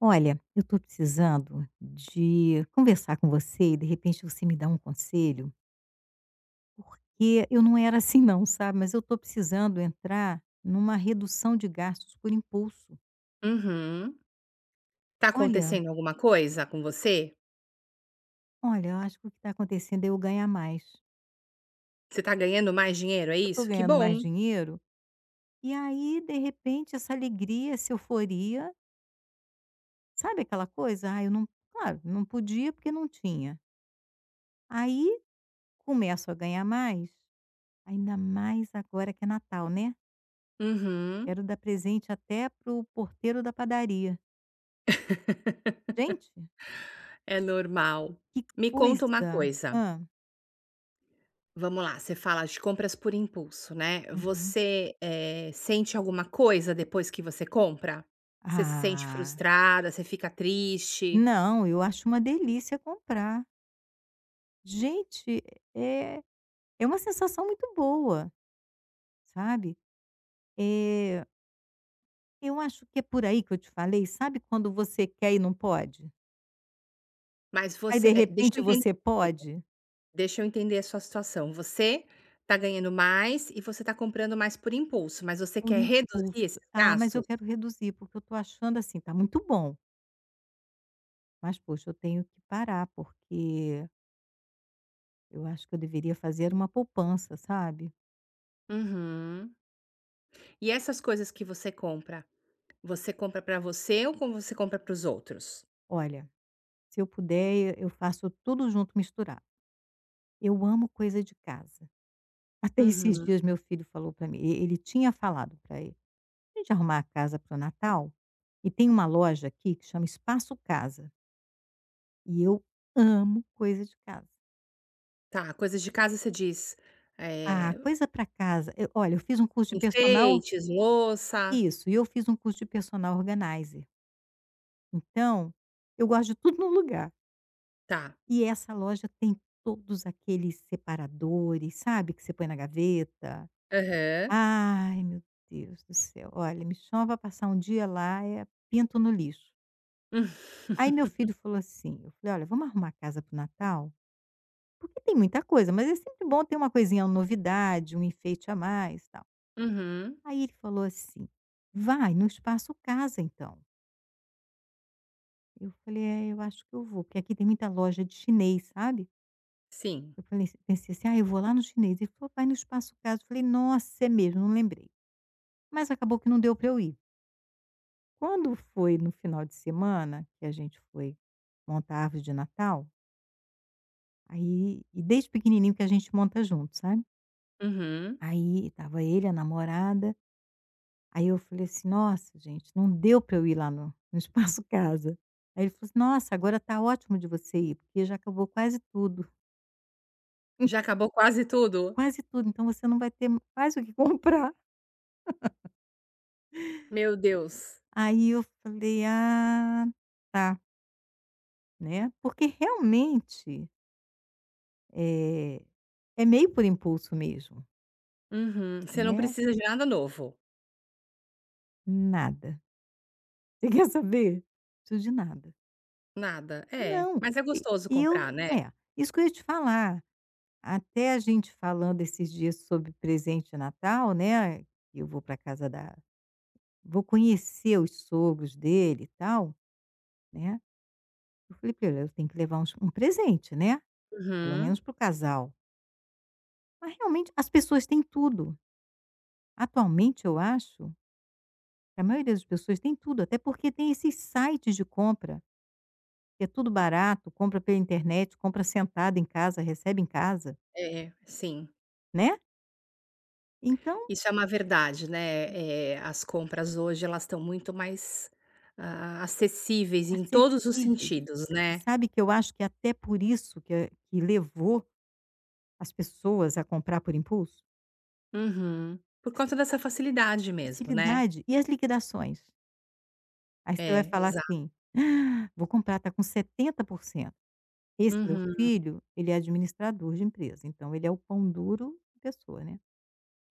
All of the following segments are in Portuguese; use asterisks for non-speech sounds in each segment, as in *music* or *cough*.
Olha, eu estou precisando de conversar com você e de repente você me dá um conselho, porque eu não era assim não, sabe, mas eu estou precisando entrar numa redução de gastos por impulso. Uhum. Tá Olha, acontecendo alguma coisa com você? olha, eu acho que o que está acontecendo é eu ganhar mais. Você tá ganhando mais dinheiro, é Eu estou isso? Que ganhando mais bom. dinheiro e aí, de repente, essa alegria, essa euforia, sabe aquela coisa? Ah, eu não, claro, não podia porque não tinha. Aí começo a ganhar mais, ainda mais agora que é Natal, né? Uhum. Quero dar presente até pro porteiro da padaria. Gente, É normal. que Me conta uma coisa! coisa. Hã. Vamos lá, você fala de compras por impulso, né? Uhum. Você, sente alguma coisa depois que você compra? Você se sente Ah, frustrada, você fica triste, não, eu acho uma delícia comprar. Gente, é é uma sensação muito boa, sabe. Eh, eu acho que é por aí que eu te falei, sabe quando você quer e não pode? mas Aí, você de repente, você pode? deixa eu entender a sua situação. Você tá ganhando mais e você tá comprando mais por impulso, mas você Por quer reduzir esses impulso. Ah, mas gastos? eu quero reduzir, porque eu tô achando assim, tá muito bom, mas poxa, eu tenho que parar porque eu acho que eu deveria fazer uma poupança, sabe. Uhum. E essas coisas que você compra pra você ou como você compra para os outros? Olha, se eu puder, eu faço tudo junto misturado. Eu amo coisa de casa. *laughs* Até esses Uhum. dias meu filho falou para mim e ele tinha falado para ele: "A gente arrumar a casa para o Natal, e tem uma loja aqui que chama Espaço Casa, e eu amo coisa de casa". Tá, coisas de casa você diz, Ah, eh, coisa para casa eu olha, eu fiz um curso de personal enfeites, louça. isso, e eu fiz um curso de personal organizer. Então, eu gosto de tudo num lugar. Tá. E essa loja tem todos aqueles separadores, sabe, que você põe na gaveta. Aham. Ai, meu Deus do céu, olha, me chama para passar um dia lá, é pinto no lixo. Aí meu *laughs* filho falou assim, eu falei: "Olha, vamos arrumar a casa para o Natal? Porque tem muita coisa, mas é sempre bom ter uma coisinha, uma novidade, um enfeite a mais, tal". Uhum. Aí ele falou assim: "Vai no Espaço Casa, então". Eu falei: "É, eu acho que eu vou", porque aqui tem muita loja de chinês, sabe? Sim. Eu falei assi pensei assim: "Ah, eu vou lá no chinês", ele falou: "Vai no Espaço Casa", eu falei: "Nossa, é mesmo, não lembrei". Mas acabou que não deu para eu ir. Quando foi no final de semana, que a gente foi montar a árvore de Natal, aí e desde pequenininho que a gente monta junto, sabe. Uhum. Aí tava ele, a namorada, aí eu falei assim: "Nossa gente, não deu para eu ir lá no Espaço Casa". Aí ele falou assim: "Nossa, agora tá ótimo de você ir, porque já acabou quase tudo, Já *laughs* acabou quase tudo? quase tudo, então você não vai ter quase o que comprar". Meu Deus. Aí eu falei: "Ah, tá", né, porque realmente, eh, é meio por impulso mesmo, Uhum. Você não né. precisa de nada novo. Nada. *laughs* Você quer saber? Preciso de nada. Nada. É, Não, mas é e gostoso e comprar, eu né. é, isso que eu ia te falar, até a gente falando esses dias sobre presente de Natal, né, eu vou para casa da vou conhecer os sogros dele e tal, né. Eu falei pra ele: "Eu tenho que levar uns um presente, né, pelo Uhum. menos pro casal". Mas realmente as pessoas têm tudo. Atualmente eu acho que a maioria das pessoas tem tudo, até porque tem esses sites de compra, que é tudo barato, compra pela internet, compra sentado em casa, recebe em casa, É, sim. né? Então, Isso é uma verdade, né, as compras hoje elas estão muito mais, ah, acessíveis em todos os acessíveis. sentidos, E né. sabe que eu acho que até por isso que levou as pessoas a comprar por impulso? Uhum. Por Essa conta dessa facilidade mesmo, né. facilidade. E as liquidações? Aí você vai É, falar exato. assim, "Ah, vou comprar, está com 70%. Esse meu Uhum. filho, ele é administrador de empresa, então ele é o pão duro em pessoa, né.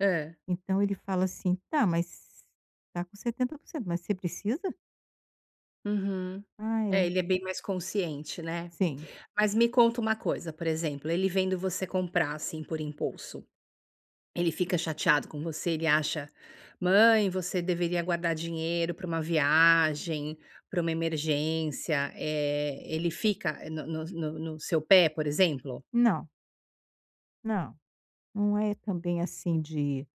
Hã. Então ele fala assim: "Tá, mas tá com 70%, mas você precisa?". Uhum. "Ah, é. É, ele é bem mais consciente, né. Sim. Mas me conta uma coisa, por exemplo, ele vendo você comprar, assim, por impulso. Ele fica chateado com você, ele acha: "Mãe, você deveria guardar dinheiro para uma viagem, para uma emergência". Ele fica no seu pé, por exemplo? Não, não, não é também assim de"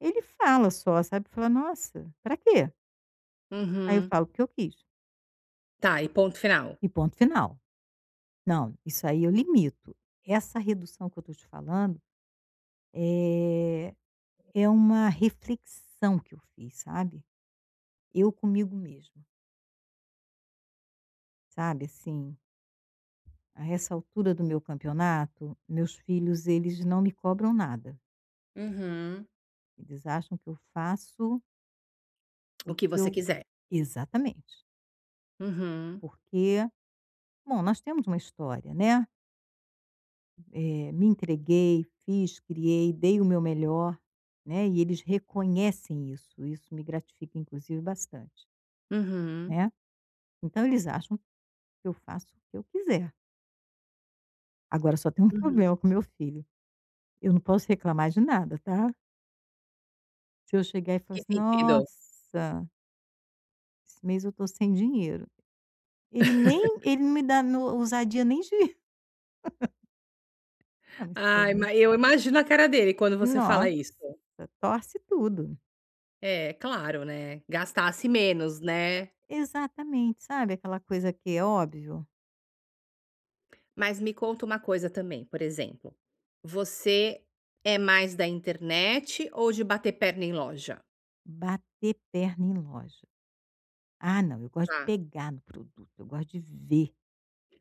ele fala só, sabe, fala: "Nossa, pra quê?". Aí eu Uhum. falo: o que eu quis Tá, e ponto final. e ponto final". "Não, isso aí eu limito". Essa redução que eu tô te falando, é é uma reflexão que eu fiz, sabe, eu comigo mesma, sabe, assim. A essa altura do meu campeonato, meus filhos, eles não me cobram nada. Uhum. Eles acham que eu faço o O que que você eu. quiser. Exatamente. Uhum. Porque, bom, nós temos uma história, né? Me entreguei, fiz, criei, dei o meu melhor, né? E eles reconhecem isso. Isso me gratifica, inclusive, bastante, Uhum. né? Então, eles acham que eu faço o que eu quiser. Agora, só tem um *laughs* Uhum. problema com meu filho. Eu não posso reclamar de nada, tá? Se eu chegar e falar Que assim, sentido? nossa. Esse mês eu tô sem dinheiro. Ele não me dá no ousadia nem de *laughs* "Ah, mas sei Ai, lá". ma eu imagino a cara dele quando você fala Nossa, isso. torce tudo. É, claro, né, gastasse menos, né. Exatamente, sabe aquela coisa que é óbvio? Mas me conta uma coisa também, por exemplo, você é mais da internet ou de bater perna em loja? Bater perna em loja. Ah, não, eu gosto de Tá. pegar no produto, eu gosto de ver.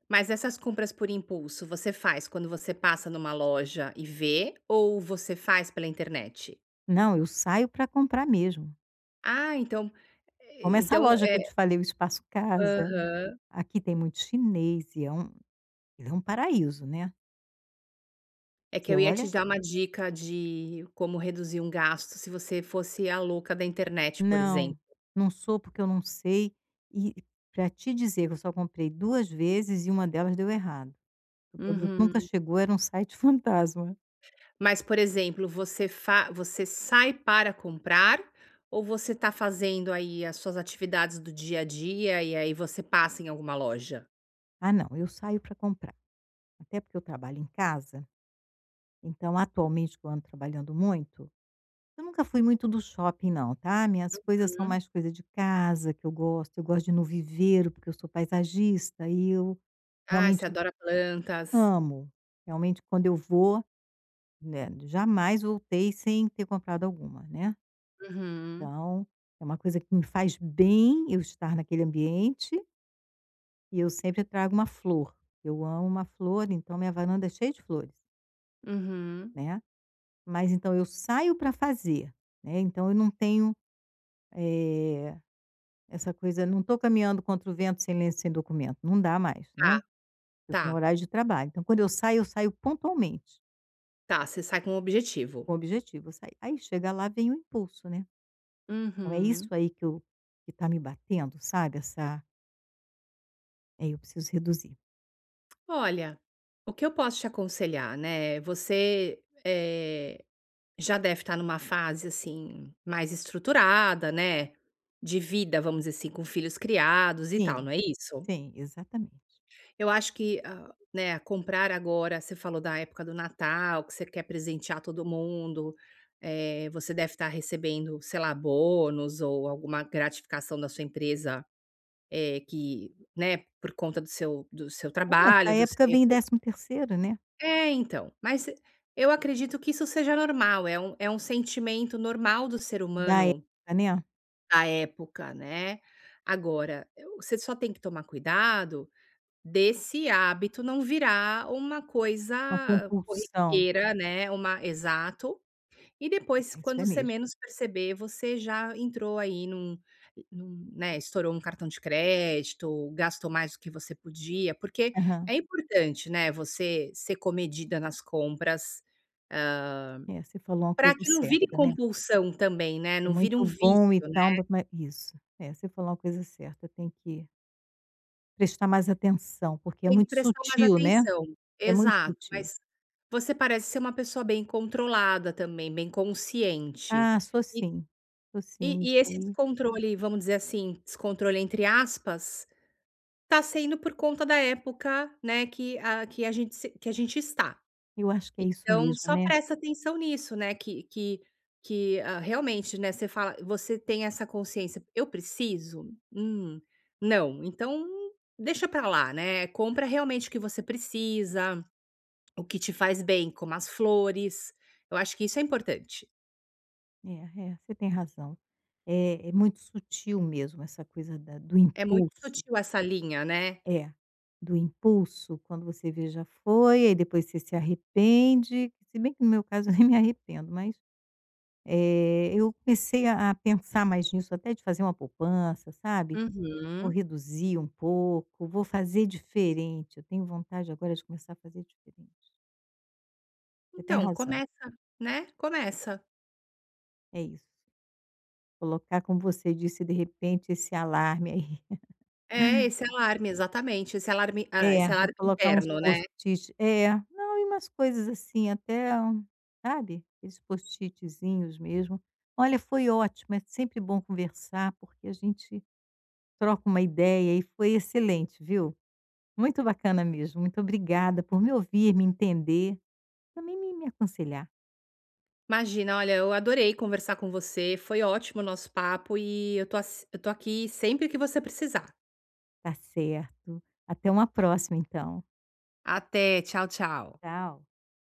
Mas essas compras por impulso, você faz quando você passa numa loja e vê ou você faz pela internet? Não, eu saio para comprar mesmo. Ah, então Como essa então loja é que eu te falei, o Espaço Casa, aham. aqui tem muito chinês e ele é um paraíso, né. É que Você eu ia te olha dar uma dica de como reduzir um gasto se você fosse a louca da internet, por exemplo. Não, não sou, porque eu não sei. E para te dizer que eu só comprei 2 vezes e uma delas deu errado. O produto nunca Uhum. chegou, era um site *laughs* fantasma. Mas, por exemplo, você sai para comprar ou você está fazendo aí as suas atividades do dia a dia e aí você passa em alguma loja? Ah, não, eu saio para comprar, até porque eu trabalho em casa, então atualmente que eu ando trabalhando muito, eu nunca fui muito do shopping não, tá. Minhas coisas são Hum. mais coisa de casa que eu gosto de ir no viveiro, porque eu sou paisagista e eu Ah, você realmente adora plantas. amo. Realmente quando eu vou, né, jamais voltei sem ter comprado alguma, né. Uhum, Então, é uma coisa que me faz bem eu estar naquele ambiente e eu sempre trago uma flor. Eu amo uma flor, então minha varanda é cheia de flores, uhum. né. Mas então eu saio para fazer, né, então eu não tenho, eh, essa coisa não estou caminhando contra o vento, sem lenço, sem documento, não dá mais, Tá, né. Eu tá, tenho horário de trabalho, então quando eu saio pontualmente, tá, você sai com um objetivo. com o objetivo, eu saio. Aí chega lá, vem o impulso, né. Então é isso Uhum. aí que está me batendo, sabe, essa é, eu preciso reduzir. Olha, o que eu posso te aconselhar, né, você, já deve estar numa fase, assim, mais estruturada, né, de vida, vamos dizer assim, com filhos criados e tal, Sim. não é isso? Sim, exatamente. Eu acho que, ah, né, comprar agora você falou da época do Natal, que você quer presentear todo mundo, você deve estar recebendo, sei lá, bônus ou alguma gratificação da sua empresa, que, né, por conta do seu É, trabalho, essa do seu época vem 13º né, é, então, mas eu acredito que isso seja normal, é um sentimento normal do ser da humano época, né, da época, né. Agora, você só tem que tomar cuidado desse hábito não virar uma uma coisa compulsão. corriqueira, né, uma exato e depois, É, isso quando é você mesmo. menos perceber, você já entrou aí num num né, estourou um cartão de crédito, gastou mais do que você podia, porque Aham. é importante, né, você ser comedida nas compras, para É, você falou uma coisa que não vire certa, né. compulsão também, né, É não vire um muito bom vício, e tal, né. mas ma isso. É, você falou uma coisa certa, tem que prestar mais atenção, porque é Tem que muito prestar mais sutil, né, atenção. é muito Exato, sutil. mas você parece ser uma pessoa bem controlada também, bem consciente. Ah, E sou sim, e isso esse aí descontrole, vamos dizer assim, descontrole entre aspas, tá sendo por conta da época, né, que a gente se que a gente está. eu acho que é isso Então mesmo, só né. presta atenção nisso, né, que, ah, realmente, né, você fala você tem essa consciência: "Eu preciso? Não, então deixa pra lá", né. Compra realmente o que você precisa, o que te faz bem, como as flores. Eu acho que isso é importante. É, é, você tem razão. É muito sutil mesmo essa coisa da do É muito impulso. sutil essa linha, né. É, do impulso, quando você vê já foi, aí depois você se arrepende, se bem que no meu caso *laughs* eu nem me arrependo, mas, eu comecei a pensar mais nisso, até de fazer uma poupança, sabe. Vou Uhum. reduzir um pouco, vou fazer diferente, eu tenho vontade agora de começar a fazer diferente. Você tem Então razão, começa, né, começa. é isso. Colocar, como você disse, de repente, esse alarme aí. É, esse alarme, exatamente, esse alarme ah, esse É, vou alarme colocar uns interno, né. post-it é, não, e umas coisas assim até, sabe, esses post-itzinhos mesmo. Olha, foi ótimo, é sempre bom conversar, porque a gente troca uma ideia e foi excelente, viu. Muito bacana mesmo, muito obrigada por me ouvir, me entender, também me aconselhar. Imagina, olha, eu adorei conversar com você, foi ótimo o nosso papo e eu tô ass eu tô aqui sempre que você precisar. Tá certo, até uma próxima então. Até, tchau, tchau. Tchau.